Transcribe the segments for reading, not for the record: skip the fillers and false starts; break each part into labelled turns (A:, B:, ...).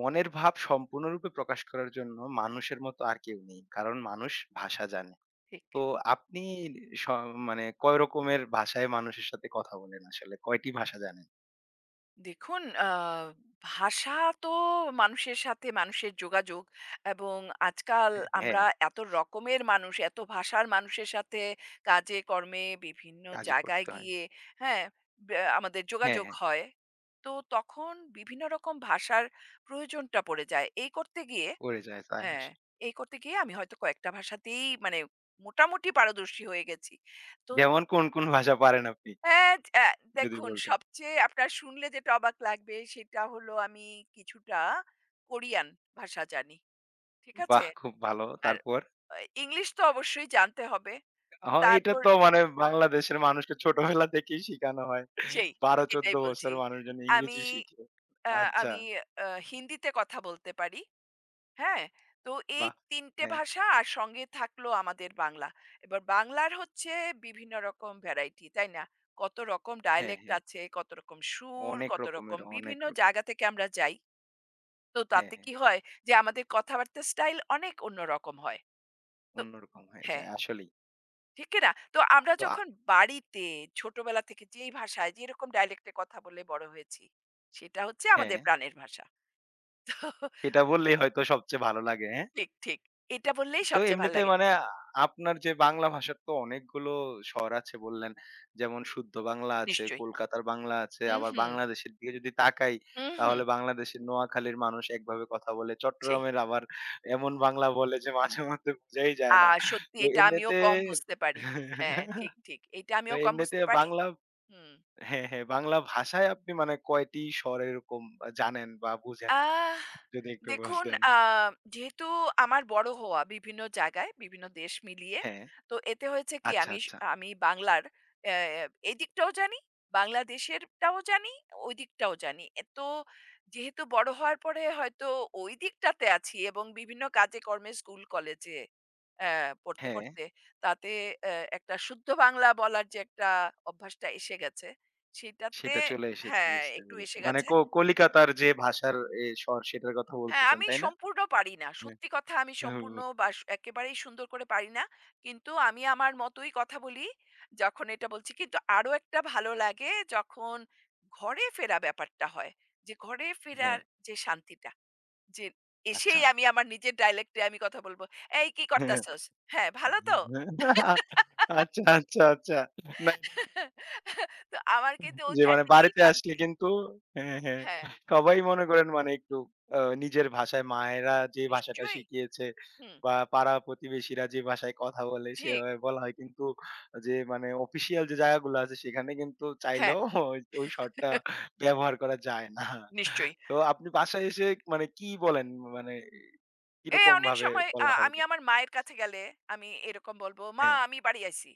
A: মনের ভাব সম্পূর্ণরূপে প্রকাশ করার জন্য মানুষের মতো আর কেউ নেই। কারণ মানুষ ভাষা জানে।
B: ঠিক।
A: তো আপনি স মানে কয় রকমের ভাষায় মানুষের সাথে কথা বলেন আসলে? কয়টি ভাষা জানেন?
B: দেখুন, ভাষা তো মানুষের সাথে মানুষের যোগাযোগ এবং আজকাল
A: হ্যাঁ, হ্যাঁ,
B: আমরা এত রকমের মানুষ, এত ভাষার মানুষের সাথে কাজে কর্মে বিভিন্ন
A: কাজে
B: জায়গায়
A: করতে হয়।
B: গিয়ে হ্যাঁ? আমাদের
A: হ্যাঁ,
B: যোগাযোগ
A: হ্যাঁ,
B: হয়। তো তখন বিভিন্ন রকম ভাষার প্রয়োজনটা পড়ে যায়। এই করতে গিয়ে
A: পড়ে যায় তাই
B: হ্যাঁ,
A: আসে।
B: এই করতে গিয়ে আমি হয়তো কয়েকটা ভাষাতেই মানে মোটামুটি পারদর্শী হয়ে গেছি। তো
A: যেমন কোন ভাষা পারেন আপনি?
B: হ্যাঁ,
A: যদি
B: দেখুন,
A: বলতেন।
B: সবচেয়ে আপনার শুনলে যেটা অবাক লাগবে সেটা হলো আমি কিছুটা কোরিয়ান ভাষা জানি। ঠিক
A: বাহ!
B: আছে?
A: খুব ভালো।
B: আর
A: তারপর?
B: আ ইংলিশ তো অবশ্যই জানতে হবে।
A: হ এটা
B: তারপর
A: তো মানে বাংলাদেশের মানুষকে ছোটবেলা থেকেই শিখানো হয়।
B: সেই
A: ১২-১৪
B: এটাই
A: বছর
B: বলছি।
A: মানুষজন
B: আমি
A: ইংরেজি শিখে।
B: আ
A: আচ্ছা,
B: আমি হিন্দিতে কথা বলতে পারি। হ্যাঁ, তো এই
A: বাহ!
B: ৩ টে
A: হ্যাঁ,
B: ভাষা আর সঙ্গে থাকলো আমাদের বাংলা। এবার বাংলার হচ্ছে বিভিন্ন রকম ভ্যারাইটি, তাই না? কত রকম
A: হ্যাঁ,
B: ডায়ালেক্ট
A: হ্যাঁ।
B: আছে, কত রকম সুর,
A: অনেক
B: কত রকম
A: রকমের, অনেক
B: বিভিন্ন
A: রকম।
B: জায়গা থেকে আমরা যাই। তো
A: হ্যাঁ,
B: তাতে
A: হ্যাঁ।
B: কি হয় যে আমাদের কথাবার্তার স্টাইল অনেক অন্যরকম হয়। তো
A: অন্যরকম হয়ে
B: হ্যাঁ,
A: যায় আসলেই।
B: ঠিক কি না? তো আমরা
A: তো
B: যখন বাড়িতে ছোটবেলা থেকে যেই ভাষায় যেরকম ডায়ালেক্টে কথা বলে বড় হয়েছি, সেটা হচ্ছে
A: হ্যাঁ,
B: আমাদের প্রাণের ভাষা।
A: এটা বললেই হয়তো সবচেয়ে ভালো লাগে, হ্যাঁ?
B: ঠিক, ঠিক। এটা বললেই
A: তো
B: সবচেয়ে ভাল
A: এমনিতে
B: লাগে।
A: মানে আপনার যে বাংলা ভাষার তো অনেকগুলো স্বর আছে বললেন। যেমন শুদ্ধ বাংলা আছে,
B: নিশ্চয়ই।
A: কলকাতার বাংলা আছে,
B: হুম,
A: আবার
B: হুম।
A: বাংলাদেশের দিকে যদি তাকাই
B: হুম, হুম।
A: তাহলে বাংলাদেশের নোয়াখালীর মানুষ একভাবে কথা বলে।
B: সেই।
A: চট্টগ্রামের আবার এমন বাংলা বলে যে মাঝে মধ্যে বোঝাই যায়
B: আ
A: না।
B: সত্যি
A: তো
B: এটা আমিও
A: এমনিতে
B: কম বুঝতে পারি। হ্যাঁ, ঠিক, ঠিক। এটা
A: তো
B: আমিও কম
A: এমনিতে
B: বুঝতে পারি।
A: বাংলা
B: হুম।
A: হ্যাঁ, হ্যাঁ। বাংলা ভাষায় আপনি মানে কয়টি স্বর এরকম জানেন বা বুঝেন?
B: আহ
A: যদি একটু
B: দেখুন,
A: বলতেন।
B: যেহেতু আমার বড় হওয়া বিভিন্ন জায়গায়, বিভিন্ন দেশ মিলিয়ে।
A: হ্যাঁ।
B: তো এতে হয়েছে কি
A: আচ্ছা, আচ্ছা।
B: আমি বাংলার এই দিকটাও জানি, বাংলাদেশেরটাও জানি, ওই দিকটাও জানি। এ তো যেহেতু বড় হওয়ার পরে হয়তো ওই দিকটাতে আছি এবং বিভিন্ন কাজে কর্মে স্কুল কলেজে অ্যা পড়তে,
A: হ্যাঁ,
B: পড়তে তাতে একটা শুদ্ধ বাংলা বলার যে একটা অভ্যাসটা এসে গেছে, সেটাতে
A: সেটা চলে এসেছে
B: হ্যাঁ,
A: বুঝতে
B: একটু
A: পেরেছি।
B: এসে
A: মানে
B: গেছে।
A: কলিকাতার যে ভাষার এ স্বর সেটার কথা
B: হ্যাঁ,
A: বলতেছেন,
B: আমি
A: তাই না?
B: সম্পূর্ণ পারি না।
A: হ্যাঁ,
B: সত্যি কথা আমি
A: হ্যাঁ,
B: সম্পূর্ণ বা একেবারেই সুন্দর করে পারি না। কিন্তু আমি আমার মতোই কথা বলি যখন এটা বলছি। কিন্তু আরো একটা ভালো লাগে যখন ঘরে ফেরা ব্যাপারটা হয়। যে ঘরে
A: হ্যাঁ,
B: ফেরার যে শান্তিটা, যে
A: আচ্ছা।
B: এসেই আমি আমার নিজের ডায়ালেক্ট এ আমি কথা বলবো। "এই কি করতাছস? হ্যাঁ, ভালো তো?"
A: আচ্ছা, আচ্ছা, আচ্ছা। না
B: তো আমার কিন্তু
A: যে মানে
B: ওইখানেই
A: বাড়িতে আসলে
B: শান্তি।
A: কিন্তু হ্যাঁ, হ্যাঁ
B: হ্যাঁ,
A: সবাই মনে করেন মানে একটু নিজের ভাষায় মায়েরা যে ভাষাটা
B: নিশ্চয়ই।
A: শিখিয়েছে
B: হুম,
A: বা পাড়া প্রতিবেশীরা যে ভাষায় কথা বলে
B: ঠিক।
A: সেভাবে বলা হয়। কিন্তু যে মানে অফিসিয়াল যে জায়গাগুলো আছে সেখানে কিন্তু
B: হ্যাঁ,
A: চাইলেও ওই শর্টটা ব্যবহার করা যায় না।
B: নিশ্চয়ই।
A: তো আপনি বাসায় এসে মানে কি বলেন? মানে
B: এ
A: কিরকম
B: অনেক
A: ভাবে
B: সময়
A: বলা হয়
B: আমি
A: যে
B: আমার মায়ের কাছে গেলে আমি এরকম বলব, "মা
A: হ্যাঁ,
B: আমি বাড়ি আইছি।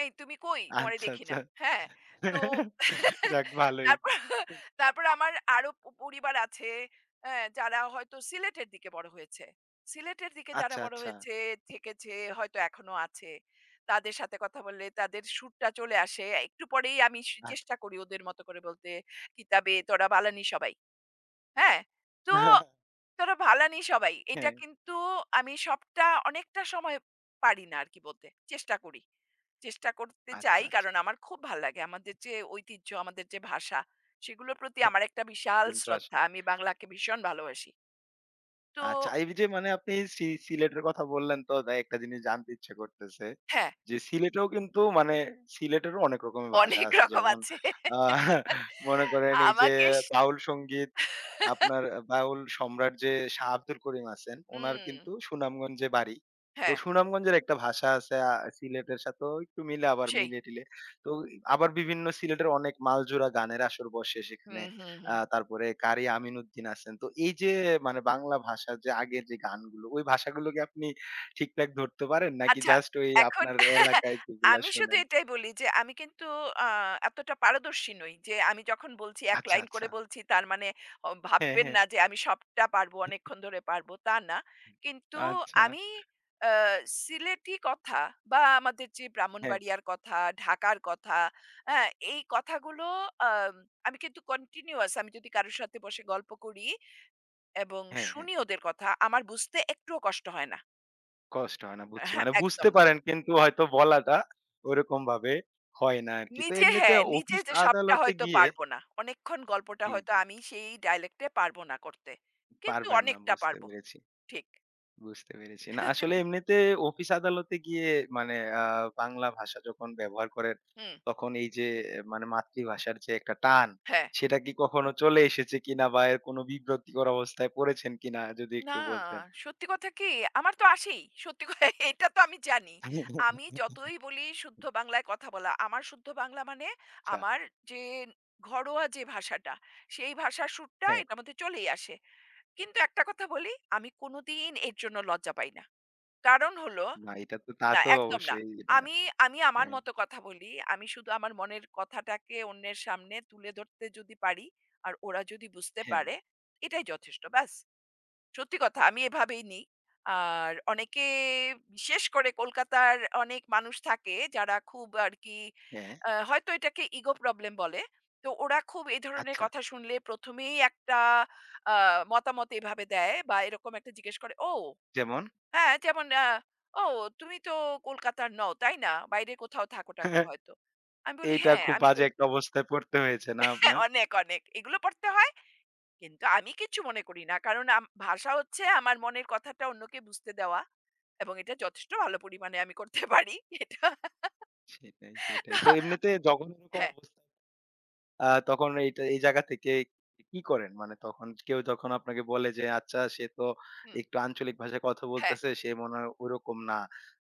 B: এই তুমি কই? তোমারে
A: আচ্ছা,
B: দেখি
A: আচ্ছা।
B: না।" হ্যাঁ? তো
A: যাক ভালোই।
B: তারপর তারপর আমার আরো পরিবার আছে অ্যা যারা হয়তো সিলেটের দিকে বড় হয়েছে। সিলেটের দিকে যারা
A: আচ্ছা,
B: বড়
A: আচ্ছা।
B: হয়েছে, থেকেছে, হয়তো এখনো আছে। তাদের সাথে কথা বললে তাদের সুরটা চলে আসে। একটু পরেই আমি
A: আচ্ছা।
B: চেষ্টা করি ওদের মতো করে বলতে, "কিতাবে তোরা বালানি সবাই।" হ্যাঁ, তো ধরো ভালানি সবাই। এটা
A: হ্যাঁ।
B: কিন্তু আমি সবটা অনেকটা সময় পারি না আরকি বলতে। চেষ্টা করি। চেষ্টা করতে
A: আচ্ছা,
B: চাই
A: আচ্ছা।
B: কারণ আমার খুব ভাল লাগে। আমাদের যে ঐতিহ্য, আমাদের যে ভাষা সেগুলোর প্রতি
A: হ্যাঁ,
B: আমার একটা বিশাল
A: কিন্তু
B: শ্রদ্ধা।
A: আসলে
B: আমি বাংলাকে ভীষণ ভালোবাসি। তো
A: আচ্ছা, এই যে মানে আপনি সিলেটের কথা বললেন তো তাই একটা জিনিস জানতে ইচ্ছে করতেছে।
B: হ্যাঁ,
A: যে সিলেটেও কিন্তু মানে সিলেটেরও অনেক রকমের ভাষা
B: অনেক
A: আছে।
B: রকম
A: যেমন
B: আছে।
A: আ মনে করেন এই যে
B: আমাকে স
A: বাউল সংগীত আপনার বাউল সম্রাট যে শাহ আব্দুল করিম আছেন, উনার
B: হুম,
A: কিন্তু সুনামগঞ্জে বাড়ি। তো
B: হ্যাঁ,
A: সুনামগঞ্জের একটা ভাষা আছে সিলেটের সাথেও একটু মিলে আবার
B: সেই।
A: মিলে-টিলে। তো আবার বিভিন্ন সিলেটের অনেক মালজোড়া গানের আসর বসে সেখানে।
B: হুম, হুম, হুম।
A: তারপরে কারি আমিনউদ্দিন আছেন। তো এই যে মানে বাংলা ভাষার যে আগের যে গানগুলো, ওই ভাষাগুলোকে আপনি ঠিকঠাক ধরতে পারেন? নাকি
B: আচ্ছা,
A: জাস্ট ওই
B: এখন
A: আপনার এলাকায় যেগুলা
B: আমি শুধু
A: শোনেন?
B: এটাই বলি যে আমি কিন্তু আ এতটা পারদর্শী নই যে আমি যখন বলছি এক
A: আচ্ছা,
B: লাইন
A: আচ্ছা।
B: করে বলছি তার মানে
A: হ্যাঁ,
B: ভাববেন
A: হ্যাঁ।
B: না যে আমি সবটা পারবো, অনেকক্ষণ ধরে পারবো তা না। কিন্তু
A: আচ্ছা।
B: আমি আ সিলেটি কথা বা আমাদের যে
A: হ্যাঁ,
B: ব্রাহ্মণবাড়িয়ার কথা, ঢাকার কথা, হ্যাঁ? এই কথাগুলো আম আমি কিন্তু কন্টিনিউয়াস আমি যদি কারো সাথে বসে গল্প করি এবং
A: হ্যাঁ, হ্যাঁ।
B: শুনি ওদের কথা আমার বুঝতে একটুও কষ্ট হয় না।
A: কষ্ট হয় না বুঝছি।
B: হ্যাঁ,
A: মানে বুঝতে
B: একদম
A: পারেন কিন্তু হয়তো বলাটা ওরকম ভাবে হয় না আরকি। তো
B: নিজে
A: এমনিতে
B: হ্যাঁ, নিজে
A: অফিস
B: যে সবটা
A: আদালতে
B: হয়তো
A: গিয়ে
B: পারব না। অনেকক্ষণ গল্পটা
A: জি,
B: হয়তো
A: জি।
B: আমি সেই ডায়ালেক্ট এ পারব না করতে। কিন্তু
A: পারবেন না
B: অনেকটা
A: বুঝতে
B: পারব।
A: পেরেছি,
B: ঠিক।
A: বুঝতে পেরেছি। না আসলে এমনিতে অফিস আদালতে গিয়ে মানে আ বাংলা ভাষা যখন ব্যবহার করেন
B: হুম,
A: তখন এই যে আহ, মানে মাতৃভাষার যে একটা টান
B: হ্যাঁ।
A: সেটা কি কখনো চলে এসেছে কিনা বা এর কোনো বিব্রতিকর অবস্থায় পড়েছেন কিনা যদি
B: না,
A: একটু বলতেন?
B: সত্যি কথা কি আমার তো আসেই। সত্যি কথা এটা তো আমি জানি। আমি যতই বলি শুদ্ধ বাংলায় কথা বলা, আমার শুদ্ধ বাংলা মানে
A: আচ্ছা,
B: আমার যে ঘরোয়া যে ভাষাটা, সেই ভাষার সুরটা
A: হ্যাঁ।
B: এটার মধ্যে চলেই আসে। কিন্তু একটা কথা বলি, আমি কোনদিন এর জন্য লজ্জা পাই না। কারণ হলো
A: না এটা তো তা
B: না,
A: তো
B: একদম না।
A: অবশ্যই এটা
B: আমি আমি আমার
A: হ্যাঁ,
B: মতো কথা বলি। আমি শুধু আমার মনের কথাটাকে অন্যের সামনে তুলে ধরতে যদি পারি, আর ওরা যদি বুঝতে
A: হ্যাঁ,
B: পারে, এটাই যথেষ্ট। ব্যাস। সত্যি কথা আমি এভাবেই নিই। আর অনেকে বিশেষ করে কলকাতার অনেক মানুষ থাকে যারা খুব আরকি
A: হ্যাঁ।
B: হয়তো এটাকে ইগো প্রবলেম বলে। তো ওরা খুব এই ধরনের
A: আচ্ছা,
B: কথা শুনলে প্রথম এই একটা আ মতামত এভাবে দেয় বা এরকম একটা জিজ্ঞেস করে, "ও!"
A: যেমন?
B: হ্যাঁ, যেমন, "ও তুমি তো কলকাতার নও, তাই না? বাইরে কোথাও থাকো-টাকো হয়তো।" আমি বলি,
A: এইটা
B: "হ্যাঁ,
A: খুব
B: আমি
A: বাজে
B: কল"
A: একটা
B: হ্যাঁ,
A: অবস্থায় পড়তে হয়েছে না আপনার?
B: অনেক, অনেক। এগুলো পড়তে হয়। কিন্তু আমি কিচ্ছু মনে করি না। কারণ ভাষা হচ্ছে আমার মনের কথাটা অন্যকে বুঝতে দেওয়া এবং এটা যথেষ্ট ভালো পরিমাণে আমি করতে পারি। এটা
A: সেটাই, সেটাই। তো
B: তো
A: এমনিতে যখন এরকম
B: হ্যাঁ,
A: অবস্থা আ তখন এইটা এই জায়গা থেকে কি করেন? মানে তখন কেউ যখন আপনাকে বলে যে, "আচ্ছা সে তো
B: হুম,
A: একটু আঞ্চলিক ভাষায় কথা
B: হ্যাঁ।
A: বলতেছে, সে মনে হয় ওরকম না।"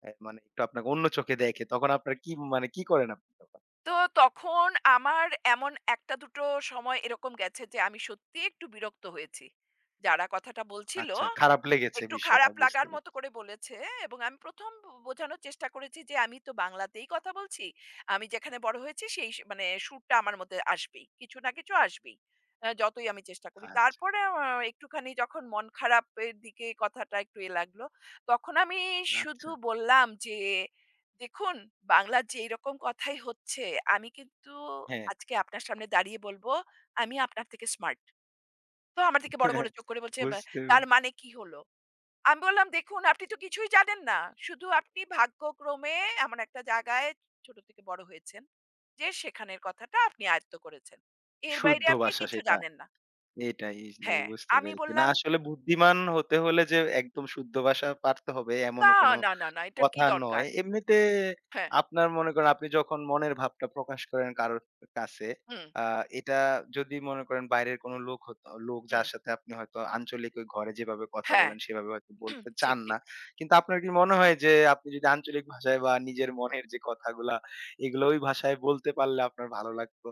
A: এ মানে একটু আপনাকে অন্য চোখে দেখে। তখন আপনার কি মানে কি করেন আপনি তখন?
B: তো তখন আমার এমন একটা-দুটো সময় এরকম গেছে যে আমি সত্যিই একটু বিরক্ত হয়েছি। যারা কথাটা বলছিল
A: আচ্ছা, খারাপ লেগেছে
B: একটু
A: বিষয়টা
B: খারাপ
A: বুঝতে
B: লাগার মতো
A: পেরেছি।
B: করে বলেছে এবং আমি প্রথম বোঝানোর চেষ্টা করেছি যে আমি তো বাংলাতেই কথা বলছি। আমি যেখানে বড় হয়েছি সেই মানে সুরটা আমার মধ্যে আসবেই। কিছু না কিছু আসবেই। যতই আমি চেষ্টা করি।
A: আচ্ছা,
B: তারপরে, একটুখানি যখন মন খারাপের দিকে কথাটা একটু লাগলো, তখন আমি শুধু
A: আচ্ছা।
B: বললাম যে, "দেখুন বাংলার যে এরকম কথাই হচ্ছে, আমি কিন্তু
A: হ্যাঁ।
B: আজকে আপনার সামনে দাঁড়িয়ে বলব, আমি আপনার থেকে স্মার্ট।" তো আমার দিকে বড়, বড় চোখ করে বলছে, "ব্যা
A: বুঝতে পেরেছি।
B: তার মানে কি হলো?" আমি বললাম, "দেখুন আপনি তো কিছুই জানেন না। শুধু আপনি ভাগ্যক্রমে এমন একটা জায়গায় ছোট থেকে বড় হয়েছেন যে সেখানের কথাটা আপনি আয়ত্ত করেছেন। এর বাইরে
A: শুদ্ধ
B: আপনি
A: ভাষা
B: কিছু
A: সেটা।
B: জানেন না।"
A: এটাই, এটাই
B: হ্যাঁ,
A: বুঝতে
B: আমি
A: পেরেছি। না
B: বললাম,
A: আসলে বুদ্ধিমান হতে হলে যে একদম শুদ্ধ ভাষা পারতে হবে এমন
B: "না,
A: কোনো
B: না, না, না, এটার কি
A: কথা নয়।
B: দরকার?"
A: এমনিতে
B: হ্যাঁ,
A: আপনার মনে করেন আপনি যখন মনের ভাবটা প্রকাশ করেন কারোর কাছে,
B: হুম,
A: আ এটা যদি মনে করেন বাইরের কোনো লোক হতো লোক যার
B: হুম,
A: সাথে আপনি হয়তো আঞ্চলিক ওই ঘরে যেভাবে কথা
B: হ্যাঁ,
A: বলেন সেভাবে হয়তো
B: হুম,
A: বলতে
B: ঠিক,
A: চান না।
B: ঠিক।
A: কিন্তু আপনার কি মনে হয় যে আপনি যদি আঞ্চলিক ভাষায় বা নিজের মনের যে কথাগুলা এগুলো ওই ভাষায় বলতে পারলে আপনার ভালো লাগতো?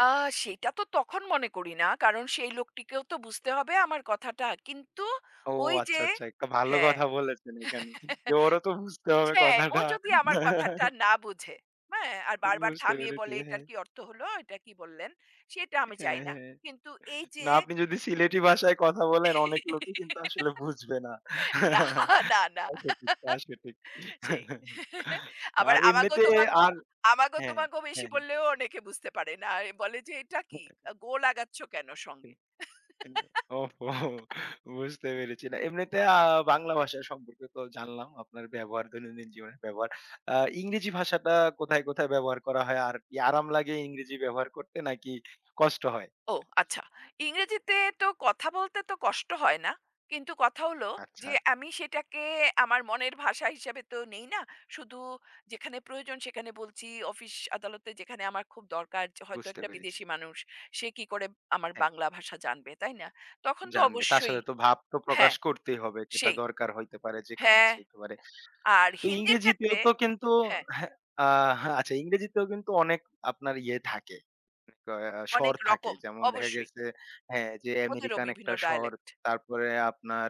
B: আ সেটা তো তখন মনে করি না। কারণ সেই লোকটিকেও তো বুঝতে হবে আমার কথাটা। কিন্তু
A: ও
B: ওই যে
A: আচ্ছা, আচ্ছা। একটা ভালো
B: হ্যাঁ।
A: কথা বলেছেন এখানে। যে ওরও তো বুঝতে হবে
B: হ্যাঁ, ও
A: কথাটা।
B: যদি আমার কথাটা না বুঝে, হ্যাঁ? আর বারবার
A: বুঝতে
B: থামিয়ে
A: পেরেছি।
B: বলে, "এটার
A: হ্যাঁ,
B: কি অর্থ হলো? এটা কি বললেন?" সেটা আমি চাই
A: হ্যাঁ,
B: না।
A: হ্যাঁ।
B: কিন্তু এই যে
A: না আপনি যদি সিলেটি ভাষায় কথা বলেন অনেক লোকই কিন্তু আসলে বুঝবে না।
B: না, না, না।
A: তা সঠিক, তা সঠিক।
B: সেই। আবার
A: আর এমনিতে আর
B: আমাগো
A: হ্যাঁ,
B: তোমাগো বেশি
A: হ্যাঁ, হ্যাঁ।
B: বললেও অনেকে বুঝতে পারে না। বলে যে, "এটা কি? আ গো লাগাচ্ছ কেন সঙ্গে?"
A: ওহো! বুঝতে পেরেছি। না এমনিতে বাংলা ভাষা সম্পর্কে তো জানলাম আপনার ব্যবহার, দৈনন্দিন জীবনের ব্যবহার। আ ইংরেজি ভাষাটা কোথায় ব্যবহার করা হয়? আর কি আরাম লাগে ইংরেজি ব্যবহার করতে নাকি কষ্ট হয়?
B: ও আচ্ছা। ইংরেজিতে তো কথা বলতে তো কষ্ট হয় না। কিন্তু কথা হলো
A: আচ্ছা,
B: যে আমি সেটাকে আমার মনের ভাষা হিসাবে তো নেই না। শুধু যেখানে প্রয়োজন সেখানে বলছি। অফিস আদালতে যেখানে আমার খুব দরকার যে হয়তো
A: বুঝতে
B: একটা
A: পেরেছি।
B: বিদেশি মানুষ, সে কি করে আমার
A: হ্যাঁ,
B: বাংলা ভাষা জানবে, তাই না? তখন তো
A: জানবে। তার
B: অবশ্যই
A: সাথে তো ভাব তো প্রকাশ
B: হ্যাঁ,
A: করতেই হবে। এটা
B: সেই।
A: দরকার হইতে পারে, যেকোনো
B: হ্যাঁ,
A: কিছু হইতে পারে।
B: আর
A: তো
B: হিন্দির
A: ইংরেজিতেও
B: ক্ষেত্রে
A: তো কিন্তু
B: হ্যাঁ,
A: হ্যাঁ, আ হ্যাঁ, আচ্ছা ইংরেজিতেও কিন্তু অনেক আপনার ইয়ে থাকে। স্বর
B: অনেক
A: থাকে।
B: রকম
A: যেমন দেখা
B: অবশ্যই।
A: গেছে হ্যাঁ, যে
B: ওদেরও
A: আমেরিকান
B: বিভিন্ন
A: একটা স্বর,
B: ডায়ালেক্ট
A: তারপরে আপনার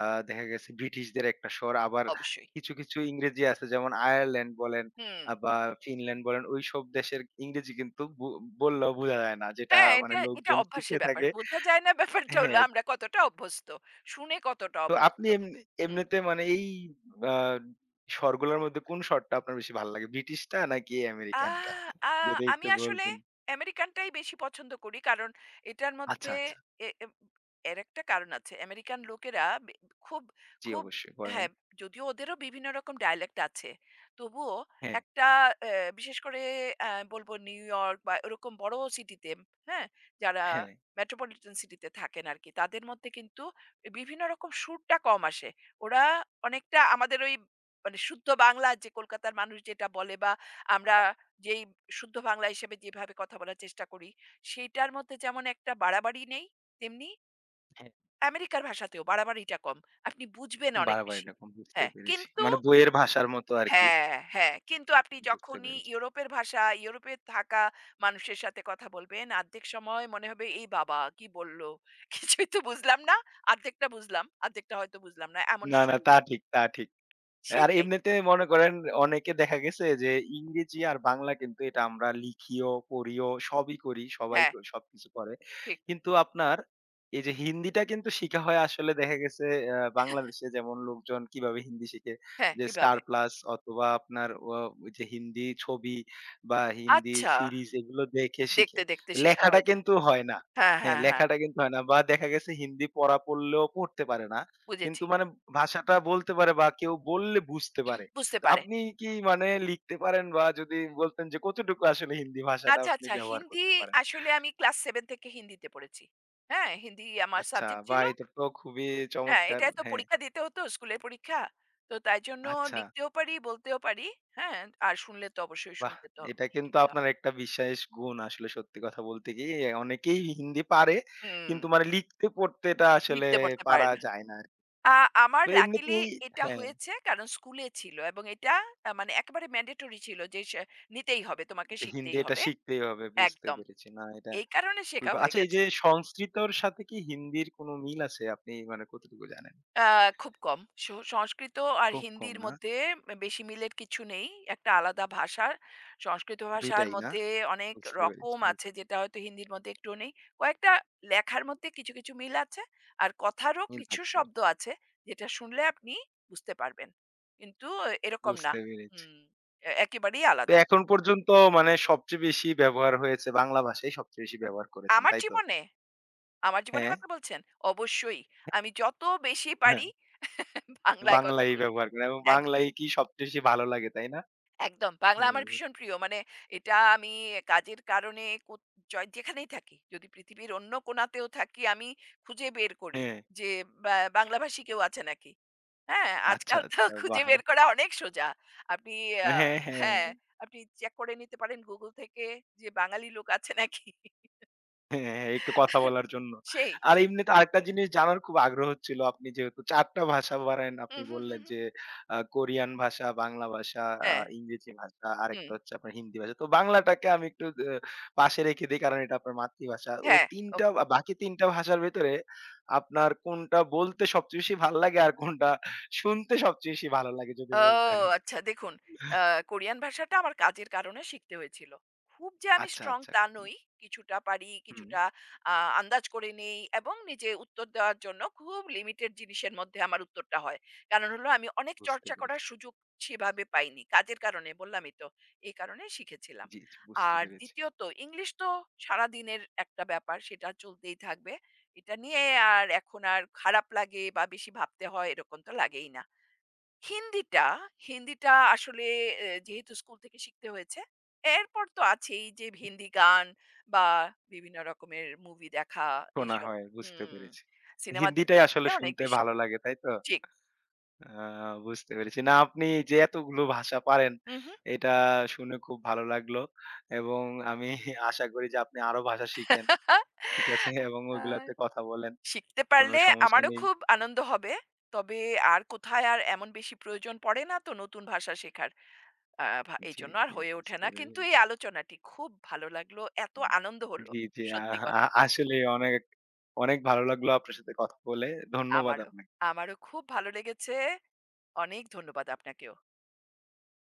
A: আ দেখা গেছে ব্রিটিশদের একটা স্বর। আবার
B: অবশ্যই।
A: কিছু ইংরেজি আছে যেমন আয়ারল্যান্ড বলেন
B: হুম।
A: বা ফিনল্যান্ড বলেন ওইসব দেশের ইংরেজি কিন্তু বললেও বোঝা যায় না। যেটা
B: হ্যাঁ,
A: মানে
B: এটা এটা
A: লোকজন শিখে
B: অভ্যাসের ব্যাপার।
A: থাকে
B: বোঝা যায় না ব্যাপারটা হলো
A: হ্যাঁ।
B: আমরা কতটা অভ্যস্ত। শুনে কতটা
A: তো আপনি
B: অভ্যস্ত।
A: এমনি
B: হু।
A: এমনিতে মানে এই আ স্বরগুলোর মধ্যে কোন স্বরটা আপনার বেশি ভালো লাগে? ব্রিটিশটা নাকি আমেরিকানটা?
B: আহ আ
A: যদি
B: আমি
A: একটু
B: আসলে
A: বলতেন।
B: আমেরিকানটাই বেশি পছন্দ করি। কারণ এটার
A: আচ্ছা,
B: মধ্যে
A: আচ্ছা।
B: এ এব এর একটা কারণ আছে। আমেরিকান লোকেরা বে খুব,
A: জি,
B: খুব
A: অবশ্যই বলেন।
B: হ্যাঁ, যদিও ওদেরও বিভিন্ন রকম ডায়ালেক্ট আছে। তবুও
A: হ্যাঁ,
B: একটা অ্যা বিশেষ করে বলব নিউইয়র্ক বা ওরকম বড় সিটিতে, হ্যাঁ? যারা
A: হ্যাঁ,
B: মেট্রোপলিটন সিটিতে থাকেন আরকি। তাদের মধ্যে কিন্তু বিভিন্ন রকম সুরটা কম আসে। ওরা অনেকটা আমাদের ওই মানে শুদ্ধ বাংলা যে কলকাতার মানুষ যেটা বলে বা আমরা যেই শুদ্ধ বাংলা হিসেবে যেভাবে কথা বলার চেষ্টা করি, সেইটার মধ্যে যেমন একটা বাড়াবাড়ি নেই, তেমনি
A: হ্যাঁ।
B: আমেরিকার ভাষাতেও বাড়াবাড়িটা কম। আপনি বুঝবেন অনেক বেশি।
A: বাড়াবাড়িটা কম বুঝতে
B: হ্যাঁ,
A: পেরেছি।
B: কিন্তু
A: মানে বইয়ের ভাষার মতো আরকি।
B: হ্যাঁ, হ্যাঁ। কিন্তু আপনি
A: বুঝতে
B: যখনই
A: পেরেছি।
B: ইউরোপের ভাষা, ইউরোপে থাকা মানুষের সাথে কথা বলবেন, আর্ধেক সময় মনে হবে, "এই বাবা! কি বলল? কিছুই তো বুঝলাম না। আর্ধেকটা বুঝলাম, আর্ধেকটা হয়তো বুঝলাম না।" এমন
A: না, না
B: সুর।
A: তা ঠিক, তা ঠিক। আর
B: সেটাই।
A: এমনিতে মনে করেন অনেকে দেখা গেছে যে ইংরেজি আর বাংলা কিন্তু এটা আমরা লিখিও, পড়িও সবই করি, সবাই
B: হ্যাঁ,
A: সবকিছু করে।
B: ঠিক।
A: কিন্তু আপনার এই যে হিন্দিটা কিন্তু শিখা হয় আসলে দেখা গেছে বাংলাদেশে যেমন লোকজন কিভাবে হিন্দি শিখে
B: হ্যাঁ,
A: যে স্টার
B: কিভাবে?
A: প্লাস অথবা আপনার ওই যে হিন্দি ছবি বা হিন্দি
B: আচ্ছা।
A: সিরিজ এগুলো দেখে শিখে।
B: দেখতে, শেখা
A: লেখাটা
B: হয়ে যায়।
A: কিন্তু হয় না।
B: হ্যাঁ,
A: হ্যাঁ,
B: হ্যাঁ, হ্যাঁ।
A: লেখাটা কিন্তু হয় না বা দেখা গেছে হিন্দি পড়া পড়লেও পড়তে পারে না। কিন্তু
B: বুঝেছি।
A: মানে ভাষাটা বলতে পারে বা কেউ বললে বুঝতে পারে।
B: বুঝতে
A: তো
B: পারে।
A: আপনি কি মানে লিখতে পারেন বা যদি বলতেন যে কতটুকু আসলে হিন্দি ভাষাটা
B: আচ্ছা,
A: আপনি
B: আচ্ছা।
A: ব্যবহার
B: হিন্দি
A: করতে পারেন?
B: আসলে আমি ক্লাস ৭ থেকে হিন্দিতে পড়েছি। হ্যাঁ, হিন্দি আমার
A: আচ্ছা,
B: সাবজেক্ট
A: বাহ!
B: ছিল।
A: এটা তো খুবই
B: হ্যাঁ,
A: চমৎকার।
B: এটায় তো
A: হ্যাঁ,
B: পরীক্ষা দিতে হতো, স্কুলের পরীক্ষা। তো তাই জন্য
A: আচ্ছা,
B: লিখতেও পারি, বলতেও পারি। হ্যাঁ, আর শুনলে তো অবশ্যই
A: বাহ!
B: শুনতে তো হবে,
A: এটা কিন্তু
B: শিখতে
A: আপনার
B: হবে।
A: একটা বিশেষ গুণ আসলে সত্যি কথা বলতে কি অনেকেই হিন্দি পারে
B: হুম,
A: কিন্তু মানে লিখতে পড়তে এটা আসলে
B: লিখতে পড়তে পারে
A: পারা
B: না।
A: যায় না।
B: আ আমার
A: তো
B: লাকিলি
A: এমনিতেই
B: এটা
A: হ্যাঁ,
B: হয়েছে কারণ স্কুলে ছিল এবং এটা মানে একেবারে ম্যান্ডেটরি ছিল যে সে নিতেই হবে, তোমাকে
A: যে হিন্দি
B: শিখতেই
A: এটা
B: হবে।
A: শিখতেই হবে বুঝতে
B: একদম।
A: পেরেছি। না এটা
B: এই কারণে শেখা
A: বুঝব
B: হয়ে
A: আচ্ছা এই
B: গেছে।
A: যে সংস্কৃতর সাথে কি হিন্দির কোনো মিল আছে? আপনি মানে কতটুকু জানেন?
B: আ খুব কম। সংস্কৃত আর
A: খুব কম
B: হিন্দির
A: না?
B: মধ্যে বেশি মিলের কিছু নেই। একটা আলাদা ভাষা। সংস্কৃত
A: ২
B: ভাষার
A: টাই না?
B: মধ্যে অনেক
A: বুঝতে পেরেছি,
B: রকম
A: বুঝতে
B: আছে যেটা হয়তো হিন্দির মধ্যে একটুও নেই। কয়েকটা লেখার মধ্যে কিছু, মিল আছে। আর কথারও
A: মিল
B: কিছু
A: থাকতে পারে।
B: শব্দ আছে যেটা শুনলে আপনি বুঝতে পারবেন। কিন্তু এরকম না।
A: বুঝতে পেরেছি।
B: হুম, এ একেবারেই
A: তো
B: আলাদা।
A: এখন পর্যন্ত মানে সবচেয়ে বেশি ব্যবহার হয়েছে বাংলা ভাষাই সবচেয়ে বেশি ব্যবহার করেছেন,
B: আমার
A: তাই তো?
B: জীবনে, আমার জীবনের
A: হ্যাঁ?
B: কথা বলছেন? অবশ্যই। আমি যত বেশি
A: হ্যাঁ,
B: পারি বাংলায় কথা
A: বাংলাই
B: বলি।
A: ব্যবহার করেন এবং বাংলাই
B: একদম।
A: কি সবচেয়ে বেশি ভালো লাগে, তাই না?
B: একদম। বাংলা আমার
A: হুম,
B: ভীষণ প্রিয়। মানে এটা আমি কাজের কারণে কো জয় যেখানেই থাকি, যদি পৃথিবীর অন্য কোণাতেও থাকি, আমি খুঁজে বের করি
A: হ্যাঁ।
B: যে বা বাংলাভাষী কেউ আছে নাকি? হ্যাঁ,
A: আচ্ছা,
B: আজকাল তো
A: আচ্ছা।
B: খুঁজে
A: বাহ!
B: বের করা অনেক সোজা। আপনি আ
A: হ্যাঁ,
B: হ্যাঁ,
A: হ্যাঁ।
B: আপনি চেক করে নিতে পারেন Google থেকে যে বাঙালি লোক আছে নাকি?
A: হ্যাঁ, হ্যাঁ, একটু কথা বলার জন্য।
B: সেই,
A: আর
B: সেই।
A: এমনিতে আরেকটা জিনিস জানার খুব আগ্রহ ছিল। আপনি যেহেতু ৪ টা ভাষা পারেন, আপনি
B: হুম, হুম, হুম,
A: বললেন
B: হুম।
A: যে কোরিয়ান ভাষা, বাংলা ভাষা,
B: হ্যাঁ,
A: ইংরেজি ভাষা, আরেকটা
B: হুম।
A: হচ্ছে আপনার হিন্দি ভাষা। তো বাংলাটাকে আমি একটু অ পাশে রেখে দেই কারণ এটা আপনার মাতৃভাষা। ও
B: হ্যাঁ,
A: ৩
B: ও
A: টা বা বাকি ৩ টা ভাষার ভেতরে আপনার কোনটা বলতে সবচেয়ে বেশি ভাল লাগে আর কোনটা শুনতে সবচেয়ে বেশি ভালো লাগে যদি
B: ও
A: বলতেন?
B: আচ্ছা দেখুন আ কোরিয়ান ভাষাটা আমার কাজের কারণে শিখতে হয়েছিল। খুব যে আমি
A: আচ্ছা,
B: স্ট্রং
A: আচ্ছা।
B: তা নই। কিছুটা পারি,
A: হুম,
B: কিছুটা আ আন্দাজ করে নেই এবং নিজে উত্তর দেওয়ার জন্য খুব লিমিটেড জিনিসের মধ্যে আমার উত্তরটা হয়। কারণ হলো আমি অনেক
A: বুঝতে
B: চর্চা করার
A: পেরেছি।
B: সুযোগ সেভাবে পাইনি। কাজের কারণে বললামই তো। এই কারণে শিখেছিলাম।
A: জি, জি বুঝতে
B: আর
A: পেরেছি।
B: দ্বিতীয়ত ইংলিশ তো সারাদিনের একটা ব্যাপার সেটা চলতেই থাকবে। এটা নিয়ে আর এখন আর খারাপ লাগে বা বেশি ভাবতে হয় এরকম তো লাগেই না। হিন্দিটা, হিন্দিটা আসলে এ যেহেতু স্কুল থেকে শিখতে হয়েছে, এরপর তো আছেই যে হিন্দি গান বা বিভিন্ন রকমের মুভি দেখা
A: শোনা
B: এইসব।
A: হয়, বুঝতে
B: হুম,
A: পেরেছি।
B: সিনেমা দেখতে,
A: হিন্দিটাই আসলে
B: দেখতে অনেক
A: শুনতে
B: বেশি।
A: ভালো লাগে, তাই তো?
B: ঠিক।
A: আ বুঝতে পেরেছি। না, আপনি যে এতগুলো ভাষা পারেন,
B: হুম, হুম।
A: এটা শুনে খুব ভালো লাগলো এবং আমি আশা করি যে আপনি আরো ভাষা শিখেন, ঠিক আছে? এবং
B: আ
A: ওইগুলাতে কথা বলেন,
B: শিখতে
A: কোনো
B: পারলে
A: সমস্যা
B: আমারও
A: নেই।
B: খুব আনন্দ হবে। তবে আর কোথায় আর এমন বেশি প্রয়োজন পড়ে না তো নতুন ভাষা শেখার। আ ভা
A: জি,
B: এইজন্য আর
A: জি,
B: হয়ে ওঠে
A: বুঝতে
B: না। কিন্তু এই
A: পেরেছি।
B: আলোচনাটি খুব ভালো লাগলো। এত আনন্দ হলো।
A: জি, জি, আ
B: সত্যি
A: আ
B: কথা।
A: আসলেই অনেক, অনেক ভালো লাগলো আপনার সাথে কথা বলে। ধন্যবাদ
B: আমারও,
A: আপনাকে।
B: আমারও খুব ভালো লেগেছে। অনেক ধন্যবাদ আপনাকেও।